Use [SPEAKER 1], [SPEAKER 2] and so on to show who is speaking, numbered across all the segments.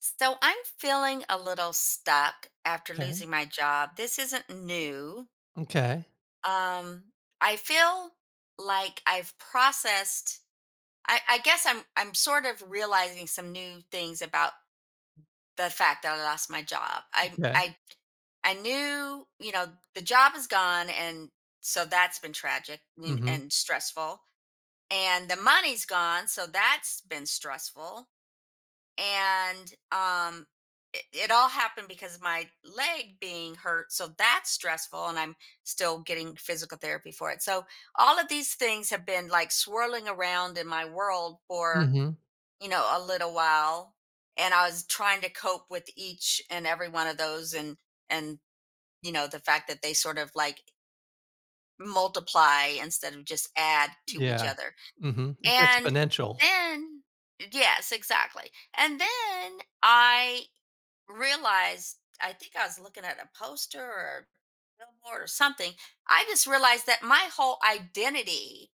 [SPEAKER 1] So I'm feeling a little stuck after
[SPEAKER 2] Okay.
[SPEAKER 1] losing my job. This isn't new.
[SPEAKER 2] Okay.
[SPEAKER 1] Um, I feel like I've processed. I guess I'm sort of realizing some new things about the fact that I lost my
[SPEAKER 2] M'kay,
[SPEAKER 1] job. I
[SPEAKER 2] m'kay.
[SPEAKER 1] I I knew, you know, the job is gone, and so that's been tragic and
[SPEAKER 2] Mhm,
[SPEAKER 1] and stressful. And the money's gone, so that's been stressful. and um it all happened because of my leg being hurt, so that's stressful, and I'm still getting physical therapy for it. So all of these things have been like swirling around in my world for,
[SPEAKER 2] mhm,
[SPEAKER 1] you know, a little while, and I was trying to cope with each and every one of those. And you know, the fact that they sort of like multiply instead of just add to each
[SPEAKER 2] yeah,
[SPEAKER 1] other,
[SPEAKER 2] mhm, it's
[SPEAKER 1] and
[SPEAKER 2] exponential.
[SPEAKER 1] then yes exactly, and then I realized, I think I was looking at a poster or billboard or something. I just realized that my whole identity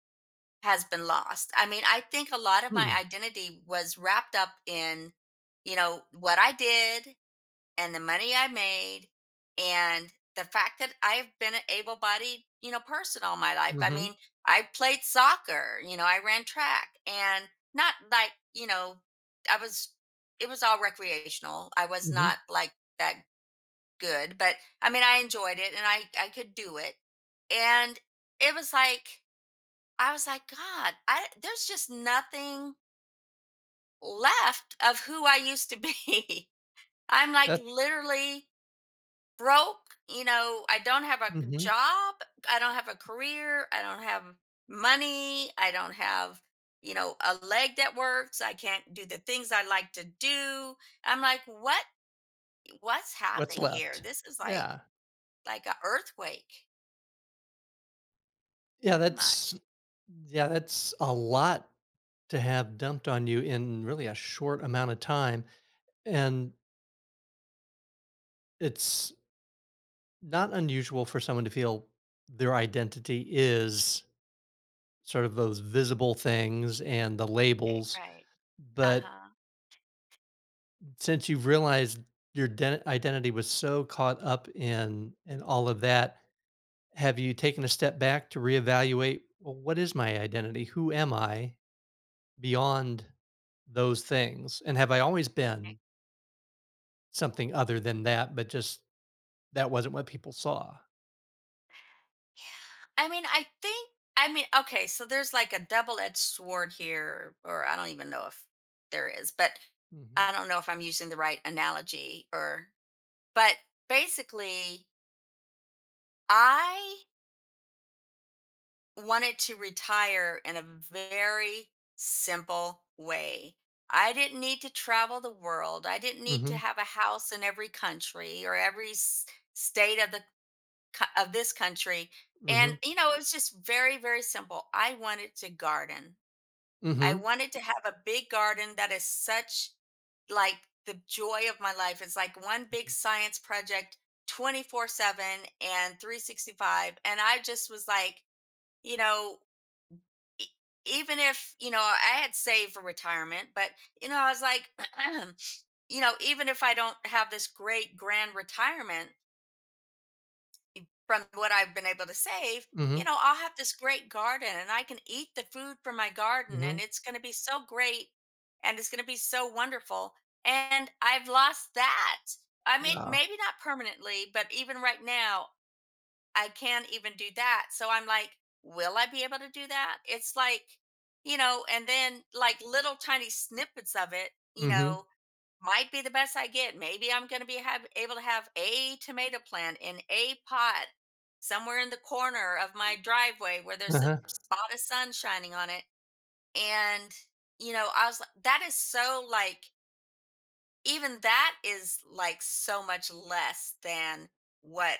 [SPEAKER 1] has been lost. I mean, I think a lot of my
[SPEAKER 2] Hmm,
[SPEAKER 1] identity was wrapped up in, you know, what I did and the money I made and the fact that I've been an able bodied, you know, person all my life. I
[SPEAKER 2] mhm,
[SPEAKER 1] mean, I played soccer, you know, I ran track and not like, you know, I was, it was all recreational. I was
[SPEAKER 2] mhm,
[SPEAKER 1] not like that good, but I mean, I enjoyed it and I could do it. And it was like, I was like, God, I, there's just nothing left of who I used to be. I'm like
[SPEAKER 2] that's
[SPEAKER 1] literally broke, you know, I don't have a
[SPEAKER 2] mhm,
[SPEAKER 1] job, I don't have a career, I don't have money, I don't have, you know, a leg that works, I can't do the things I like to do. I'm like, what's
[SPEAKER 2] what's
[SPEAKER 1] happening here?
[SPEAKER 2] left.
[SPEAKER 1] This is
[SPEAKER 2] Yeah,
[SPEAKER 1] like a earthquake,
[SPEAKER 2] yeah,
[SPEAKER 1] pretty
[SPEAKER 2] that's
[SPEAKER 1] much.
[SPEAKER 2] yeah, that's a lot to have dumped on you in really a short amount of time, and it's not unusual for someone to feel their identity is sort of those visible things and the
[SPEAKER 1] Right,
[SPEAKER 2] labels,
[SPEAKER 1] right.
[SPEAKER 2] but
[SPEAKER 1] Uh-huh.
[SPEAKER 2] since you've realized your identity was so caught up in all of that, have you taken a step back to reevaluate? Well, what is my identity? Who am I beyond those things? And have I always been something other than that? But just that wasn't what people saw.
[SPEAKER 1] I mean, I think I mean, okay, so there's like a double-edged sword here, or I don't even know if there is, but
[SPEAKER 2] Mm-hmm.
[SPEAKER 1] I don't know if I'm using the right analogy or but basically, I wanted to retire in a very simple way. I didn't need to travel the world. I didn't need to
[SPEAKER 2] Mm-hmm.
[SPEAKER 1] have a house in every country or every state of the of this country.
[SPEAKER 2] Mm-hmm.
[SPEAKER 1] And you know, it was just very very simple. I wanted to garden. I
[SPEAKER 2] Mm-hmm.
[SPEAKER 1] wanted to have a big garden that is such like the joy of my life. It's like one big science project 24/7 and 365. And I just was like, you know, e- even if, you know, I had saved for retirement, but, you know, I was like, you know, even if I don't have this great grand retirement, from what I've been able to save, you
[SPEAKER 2] Mm-hmm.
[SPEAKER 1] know, I'll have this great garden and I can eat the food from my garden
[SPEAKER 2] Mm-hmm.
[SPEAKER 1] and it's going to be so great and it's going to be so wonderful. And I've lost that. I mean,
[SPEAKER 2] Wow.
[SPEAKER 1] maybe not permanently, but even right now, I can't even do that. So I'm like, will I be able to do that? It's like, you know, and then like little tiny snippets of it, you
[SPEAKER 2] Mm-hmm.
[SPEAKER 1] know, might be the best I get. Maybe I'm going to be have, able to have a tomato plant in a pot somewhere in the corner of my driveway where there's a
[SPEAKER 2] Uh-huh.
[SPEAKER 1] spot of sun shining on it. And, you know, I was like, that is so like, even that is like so much less than what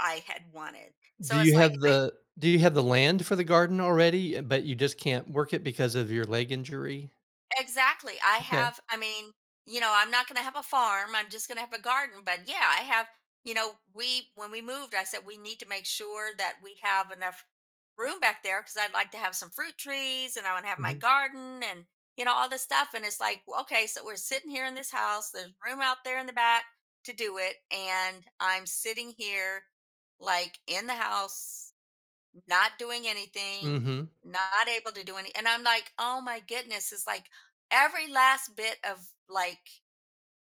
[SPEAKER 1] I had wanted.
[SPEAKER 2] Do
[SPEAKER 1] So
[SPEAKER 2] you
[SPEAKER 1] it's
[SPEAKER 2] have
[SPEAKER 1] like,
[SPEAKER 2] the Do you have the land for the garden already? But you just can't work it because of your leg injury.
[SPEAKER 1] exactly. I have, I mean, you know, I'm not going to have a farm. I'm just going to have a garden. But yeah, I have, you know, we, when we moved, I said we need to make sure that we have enough room back there because I'd like to have some fruit trees and I want to have my
[SPEAKER 2] Mhm.
[SPEAKER 1] garden and, you know, all this stuff. And it's like, okay, so we're sitting here in this house. There's room out there in the back to do it. And I'm sitting here like in the house not doing anything,
[SPEAKER 2] Mhm.
[SPEAKER 1] not able to do any. And I'm like, oh my goodness, it's like every last bit of like,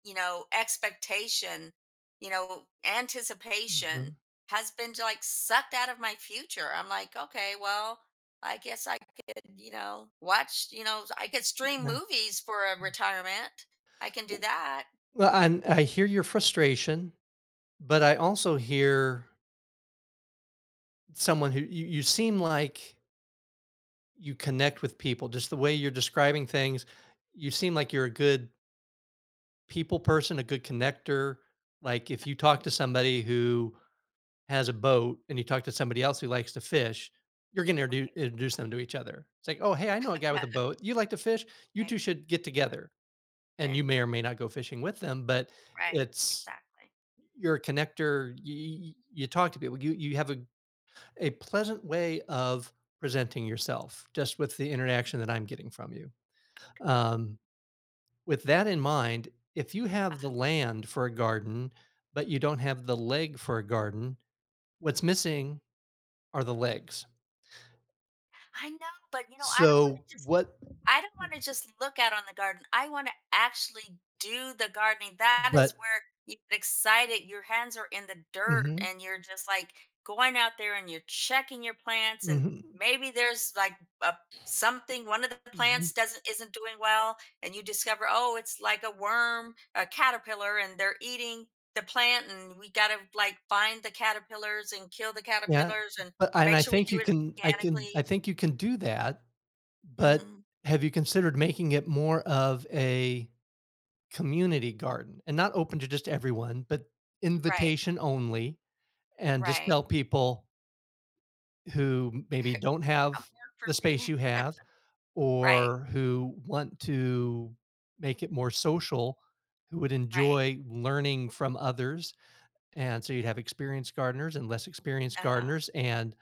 [SPEAKER 1] you know, expectation, you know, anticipation
[SPEAKER 2] Mhm.
[SPEAKER 1] has been like sucked out of my future. I'm like, okay, well, I guess I could, you know, watch, you know, I could stream
[SPEAKER 2] Yeah.
[SPEAKER 1] movies for a retirement. I can do
[SPEAKER 2] W
[SPEAKER 1] that.
[SPEAKER 2] Well, and I hear your frustration, but I also hear someone who you seem like you connect with people, just the way you're describing things. You seem like you're a good people person, a good connector. Like, if you talk to somebody who has a boat and you talk to somebody else who likes to fish, you're gonna introduce them to each other. It's like, "Oh, hey, I know a guy with a boat. You like to fish? You
[SPEAKER 1] Right.
[SPEAKER 2] two should get
[SPEAKER 1] uh,
[SPEAKER 2] together." And you
[SPEAKER 1] And
[SPEAKER 2] may or may not go fishing with them, but
[SPEAKER 1] right.
[SPEAKER 2] it's
[SPEAKER 1] Exactly.
[SPEAKER 2] you're a connector. You talk to people. You have a pleasant way of presenting yourself, just with the interaction that I'm getting from you. Um, with that in mind, if you
[SPEAKER 1] Uh,
[SPEAKER 2] have the land for a garden, but you don't have the leg for a garden, what's missing are the legs.
[SPEAKER 1] I know, but you know, I don't want
[SPEAKER 2] So
[SPEAKER 1] to just
[SPEAKER 2] what?
[SPEAKER 1] I don't want to just look out on the garden. I want to actually do the gardening. That is
[SPEAKER 2] But
[SPEAKER 1] where you get excited. Your hands are in the dirt
[SPEAKER 2] hmm,
[SPEAKER 1] and you're just like going out there and you're checking your plants, and
[SPEAKER 2] hmm,
[SPEAKER 1] maybe there's like a something one of the
[SPEAKER 2] hmm,
[SPEAKER 1] plants doesn't isn't doing well and you discover, oh, it's like a worm, a caterpillar, and they're eating the plant, and we got to like find the caterpillars and kill the
[SPEAKER 2] yeah.
[SPEAKER 1] caterpillars and
[SPEAKER 2] But and
[SPEAKER 1] make
[SPEAKER 2] I
[SPEAKER 1] sure we
[SPEAKER 2] think
[SPEAKER 1] do
[SPEAKER 2] you
[SPEAKER 1] it
[SPEAKER 2] can. I can. I
[SPEAKER 1] organically.
[SPEAKER 2] think you can do that. But
[SPEAKER 1] Hmm.
[SPEAKER 2] have you considered making it more of a community garden and not open to just everyone, but
[SPEAKER 1] Right,
[SPEAKER 2] invitation only, and just
[SPEAKER 1] right.
[SPEAKER 2] tell people who maybe don't
[SPEAKER 1] I'm
[SPEAKER 2] have
[SPEAKER 1] work for
[SPEAKER 2] the space
[SPEAKER 1] free.
[SPEAKER 2] you have,
[SPEAKER 1] Right,
[SPEAKER 2] or who want to make it more social, who would
[SPEAKER 1] right,
[SPEAKER 2] enjoy learning from others. And so you'd have
[SPEAKER 1] right.
[SPEAKER 2] experienced gardeners and less experienced
[SPEAKER 1] Uh-huh.
[SPEAKER 2] gardeners, and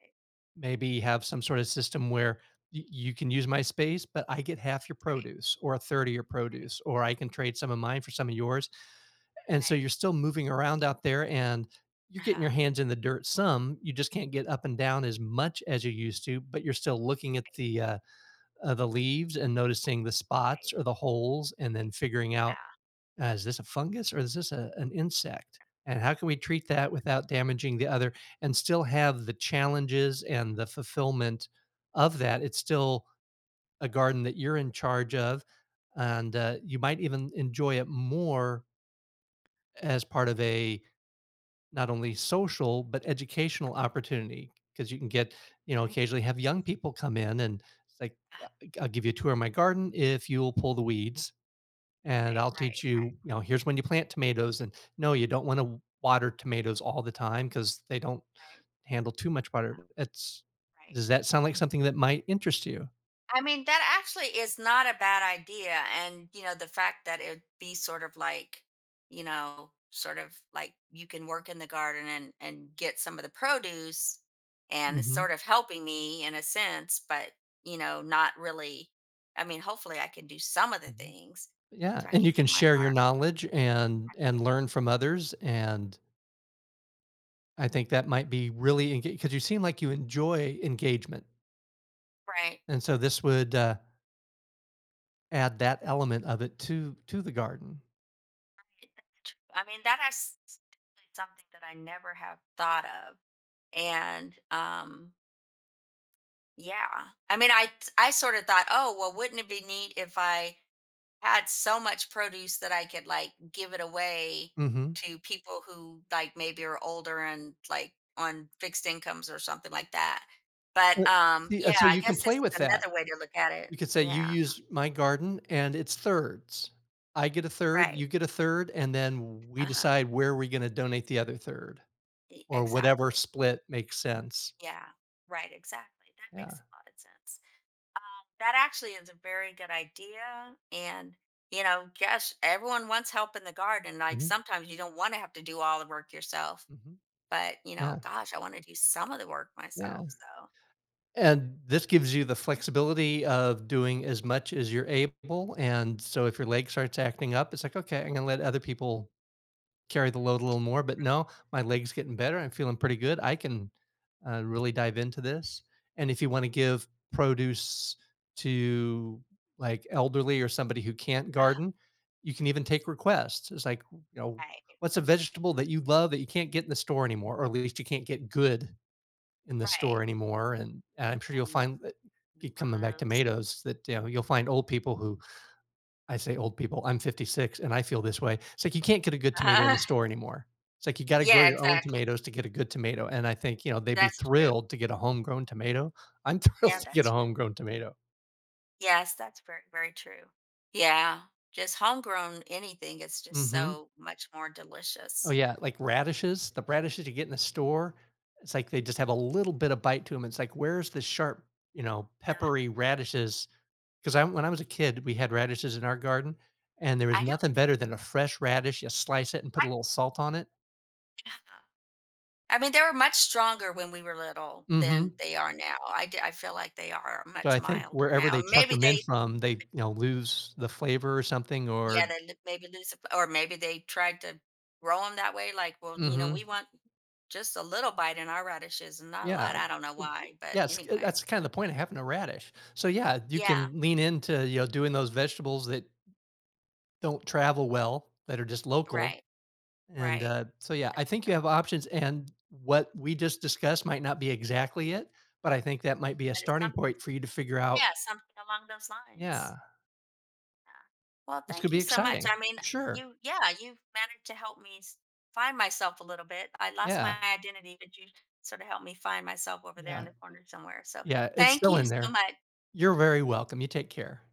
[SPEAKER 1] Right,
[SPEAKER 2] maybe have some sort of system where you can use my space, but I get half your
[SPEAKER 1] right,
[SPEAKER 2] produce or a third of your
[SPEAKER 1] right,
[SPEAKER 2] produce, or I can trade some of mine for some of yours. And so
[SPEAKER 1] right.
[SPEAKER 2] you're still moving around out there and you're getting your
[SPEAKER 1] Uh-huh.
[SPEAKER 2] hands in the dirt some. You just can't get up and
[SPEAKER 1] Right,
[SPEAKER 2] down as much as you used to, but you're still looking at the leaves and noticing the spots
[SPEAKER 1] right,
[SPEAKER 2] or the holes, and then
[SPEAKER 1] right.
[SPEAKER 2] figuring out,
[SPEAKER 1] Yeah.
[SPEAKER 2] is this a fungus or is this a, an insect, and how can we treat that without damaging the other, and still have the challenges and the fulfillment of that. It's still a garden that you're in charge of, and you might even enjoy it more as part of a not only social but educational opportunity, because you can get,
[SPEAKER 1] Right,
[SPEAKER 2] you know,
[SPEAKER 1] right.
[SPEAKER 2] occasionally have young people come in and it's like,
[SPEAKER 1] Uh,
[SPEAKER 2] "I'll give you a tour of my garden if you'll pull the weeds, and
[SPEAKER 1] right,
[SPEAKER 2] I'll
[SPEAKER 1] right,
[SPEAKER 2] teach you.
[SPEAKER 1] right,
[SPEAKER 2] You know, here's when you plant tomatoes, and no, you don't want to water tomatoes all the time because they don't
[SPEAKER 1] right,
[SPEAKER 2] handle too much water." It's,
[SPEAKER 1] right.
[SPEAKER 2] does that sound like something that might interest you?
[SPEAKER 1] I mean, that actually is not a bad idea. And, you know, the fact that it'd be sort of like, you know, sort of like you can work in the garden and get some of the produce and it's
[SPEAKER 2] Hmm,
[SPEAKER 1] sort of helping me in a sense, but, you know, not really. I mean, hopefully I can do some of the
[SPEAKER 2] hmm,
[SPEAKER 1] things
[SPEAKER 2] yeah.
[SPEAKER 1] so I
[SPEAKER 2] And you
[SPEAKER 1] can
[SPEAKER 2] can
[SPEAKER 1] get my
[SPEAKER 2] share your
[SPEAKER 1] art
[SPEAKER 2] knowledge and
[SPEAKER 1] right.
[SPEAKER 2] learn from others. And I think that might be really, because you seem like you enjoy engagement,
[SPEAKER 1] Right.
[SPEAKER 2] and so this would, add that element of it to the garden.
[SPEAKER 1] I mean, that is something that I never have thought of. And, yeah. I mean, I sort of thought, oh, well, wouldn't it be neat if I had so much produce that I could like give it away
[SPEAKER 2] Mhm.
[SPEAKER 1] to people who like maybe are older and like on fixed incomes or something like that.
[SPEAKER 2] Uh,
[SPEAKER 1] But
[SPEAKER 2] see,
[SPEAKER 1] yeah,
[SPEAKER 2] and so
[SPEAKER 1] I
[SPEAKER 2] you can
[SPEAKER 1] guess
[SPEAKER 2] play
[SPEAKER 1] it's
[SPEAKER 2] with that.
[SPEAKER 1] another way to look at it.
[SPEAKER 2] You could say, "You
[SPEAKER 1] Yeah.
[SPEAKER 2] use my garden, and it's thirds. I get a third, you
[SPEAKER 1] Right.
[SPEAKER 2] get a third, and then we
[SPEAKER 1] Uh-huh.
[SPEAKER 2] decide where we're gonna donate the other third,
[SPEAKER 1] E-
[SPEAKER 2] or whatever
[SPEAKER 1] exactly.
[SPEAKER 2] split makes sense."
[SPEAKER 1] Yeah. Right, exactly. That makes
[SPEAKER 2] Yeah.
[SPEAKER 1] a lot of sense. That actually is a very good idea. And, you know, gosh, everyone wants help in the garden. Like
[SPEAKER 2] Mhm,
[SPEAKER 1] sometimes you don't want to have to do all the work yourself,
[SPEAKER 2] mhm.
[SPEAKER 1] but, you
[SPEAKER 2] Yeah,
[SPEAKER 1] know, gosh, I want to do some of the work
[SPEAKER 2] yeah.
[SPEAKER 1] myself. So,
[SPEAKER 2] And this gives you the flexibility of doing as much as you're able, and so if your leg starts acting up, it's like, "Okay, I'm gonna let other people carry the load a little more, but no, my leg's getting better, I'm feeling pretty good, I can, really dive into this." And if you wanna give produce to, like, elderly or somebody who can't
[SPEAKER 1] uh,
[SPEAKER 2] garden, you can even take requests. It's like, you know,
[SPEAKER 1] right,
[SPEAKER 2] "What's a vegetable that you love that you can't get in the store anymore, or at least you can't get good in the
[SPEAKER 1] right.
[SPEAKER 2] store anymore?" And I'm sure you'll
[SPEAKER 1] And we
[SPEAKER 2] find that
[SPEAKER 1] can
[SPEAKER 2] keep coming back
[SPEAKER 1] grow those.
[SPEAKER 2] tomatoes, that, you know, you'll find old people who, I say old people, I'm 56 and I feel this way. It's like you can't get a good tomato in
[SPEAKER 1] Uh,
[SPEAKER 2] the store anymore. It's like you got to grow
[SPEAKER 1] yeah,
[SPEAKER 2] your own
[SPEAKER 1] exactly.
[SPEAKER 2] tomatoes to get a good tomato. And I think, you know, they'd be
[SPEAKER 1] That's true.
[SPEAKER 2] thrilled to get a homegrown tomato. I'm thrilled
[SPEAKER 1] Yeah,
[SPEAKER 2] to get
[SPEAKER 1] that's
[SPEAKER 2] a
[SPEAKER 1] true.
[SPEAKER 2] homegrown tomato.
[SPEAKER 1] Yes, that's very, very true. Yeah, just homegrown anything is just
[SPEAKER 2] Hmm.
[SPEAKER 1] so much more
[SPEAKER 2] Oh
[SPEAKER 1] delicious.
[SPEAKER 2] yeah, like radishes. The radishes you get in the store, it's like they just have a little bit of bite to them. It's like, where's the sharp, you know,
[SPEAKER 1] Yeah,
[SPEAKER 2] peppery radishes? 'Cause I, when I was a kid, we had radishes in our garden, and there was
[SPEAKER 1] I
[SPEAKER 2] nothing
[SPEAKER 1] know.
[SPEAKER 2] better than a fresh radish. You slice it and put a little salt on it.
[SPEAKER 1] I I mean, they were much stronger when we were little than
[SPEAKER 2] Mhm.
[SPEAKER 1] they are now. I feel like they are
[SPEAKER 2] So
[SPEAKER 1] much
[SPEAKER 2] I think
[SPEAKER 1] milder
[SPEAKER 2] wherever
[SPEAKER 1] now.
[SPEAKER 2] they truck
[SPEAKER 1] Maybe
[SPEAKER 2] them in
[SPEAKER 1] they
[SPEAKER 2] from, they, you know, lose the flavor or something.
[SPEAKER 1] yeah,
[SPEAKER 2] Or
[SPEAKER 1] they l maybe lose a or maybe they tried to grow them that way, like, "Well, you know,
[SPEAKER 2] Mhm.
[SPEAKER 1] we want just a little bite in our radishes and not a
[SPEAKER 2] Yeah.
[SPEAKER 1] lot." I don't know
[SPEAKER 2] It-
[SPEAKER 1] why, but
[SPEAKER 2] yeah, it's, yes,
[SPEAKER 1] anyway.
[SPEAKER 2] that's kinda the point of having a radish. So, yeah, you
[SPEAKER 1] Yeah,
[SPEAKER 2] can lean into, you know, doing those vegetables that don't travel well, that are just local.
[SPEAKER 1] right,
[SPEAKER 2] And,
[SPEAKER 1] right.
[SPEAKER 2] so, yeah,
[SPEAKER 1] That
[SPEAKER 2] I think you
[SPEAKER 1] makes a lot
[SPEAKER 2] have
[SPEAKER 1] of
[SPEAKER 2] options, and what we just discussed might not be exactly it, but I think that might be a
[SPEAKER 1] that is
[SPEAKER 2] starting
[SPEAKER 1] something
[SPEAKER 2] point for you to figure out,
[SPEAKER 1] yeah, something along those lines.
[SPEAKER 2] "Yeah,
[SPEAKER 1] Yeah. Well,
[SPEAKER 2] this could
[SPEAKER 1] thank
[SPEAKER 2] be
[SPEAKER 1] you so much.
[SPEAKER 2] exciting."
[SPEAKER 1] I mean,
[SPEAKER 2] Sure.
[SPEAKER 1] yeah, you've managed to help me find myself a little bit. I lost my
[SPEAKER 2] Yeah.
[SPEAKER 1] identity, but you sort of helped me find myself over there in
[SPEAKER 2] Yeah.
[SPEAKER 1] the corner somewhere. So
[SPEAKER 2] Yeah, it's
[SPEAKER 1] thank
[SPEAKER 2] still
[SPEAKER 1] you
[SPEAKER 2] in
[SPEAKER 1] so
[SPEAKER 2] there.
[SPEAKER 1] much.
[SPEAKER 2] You're very welcome. You take care.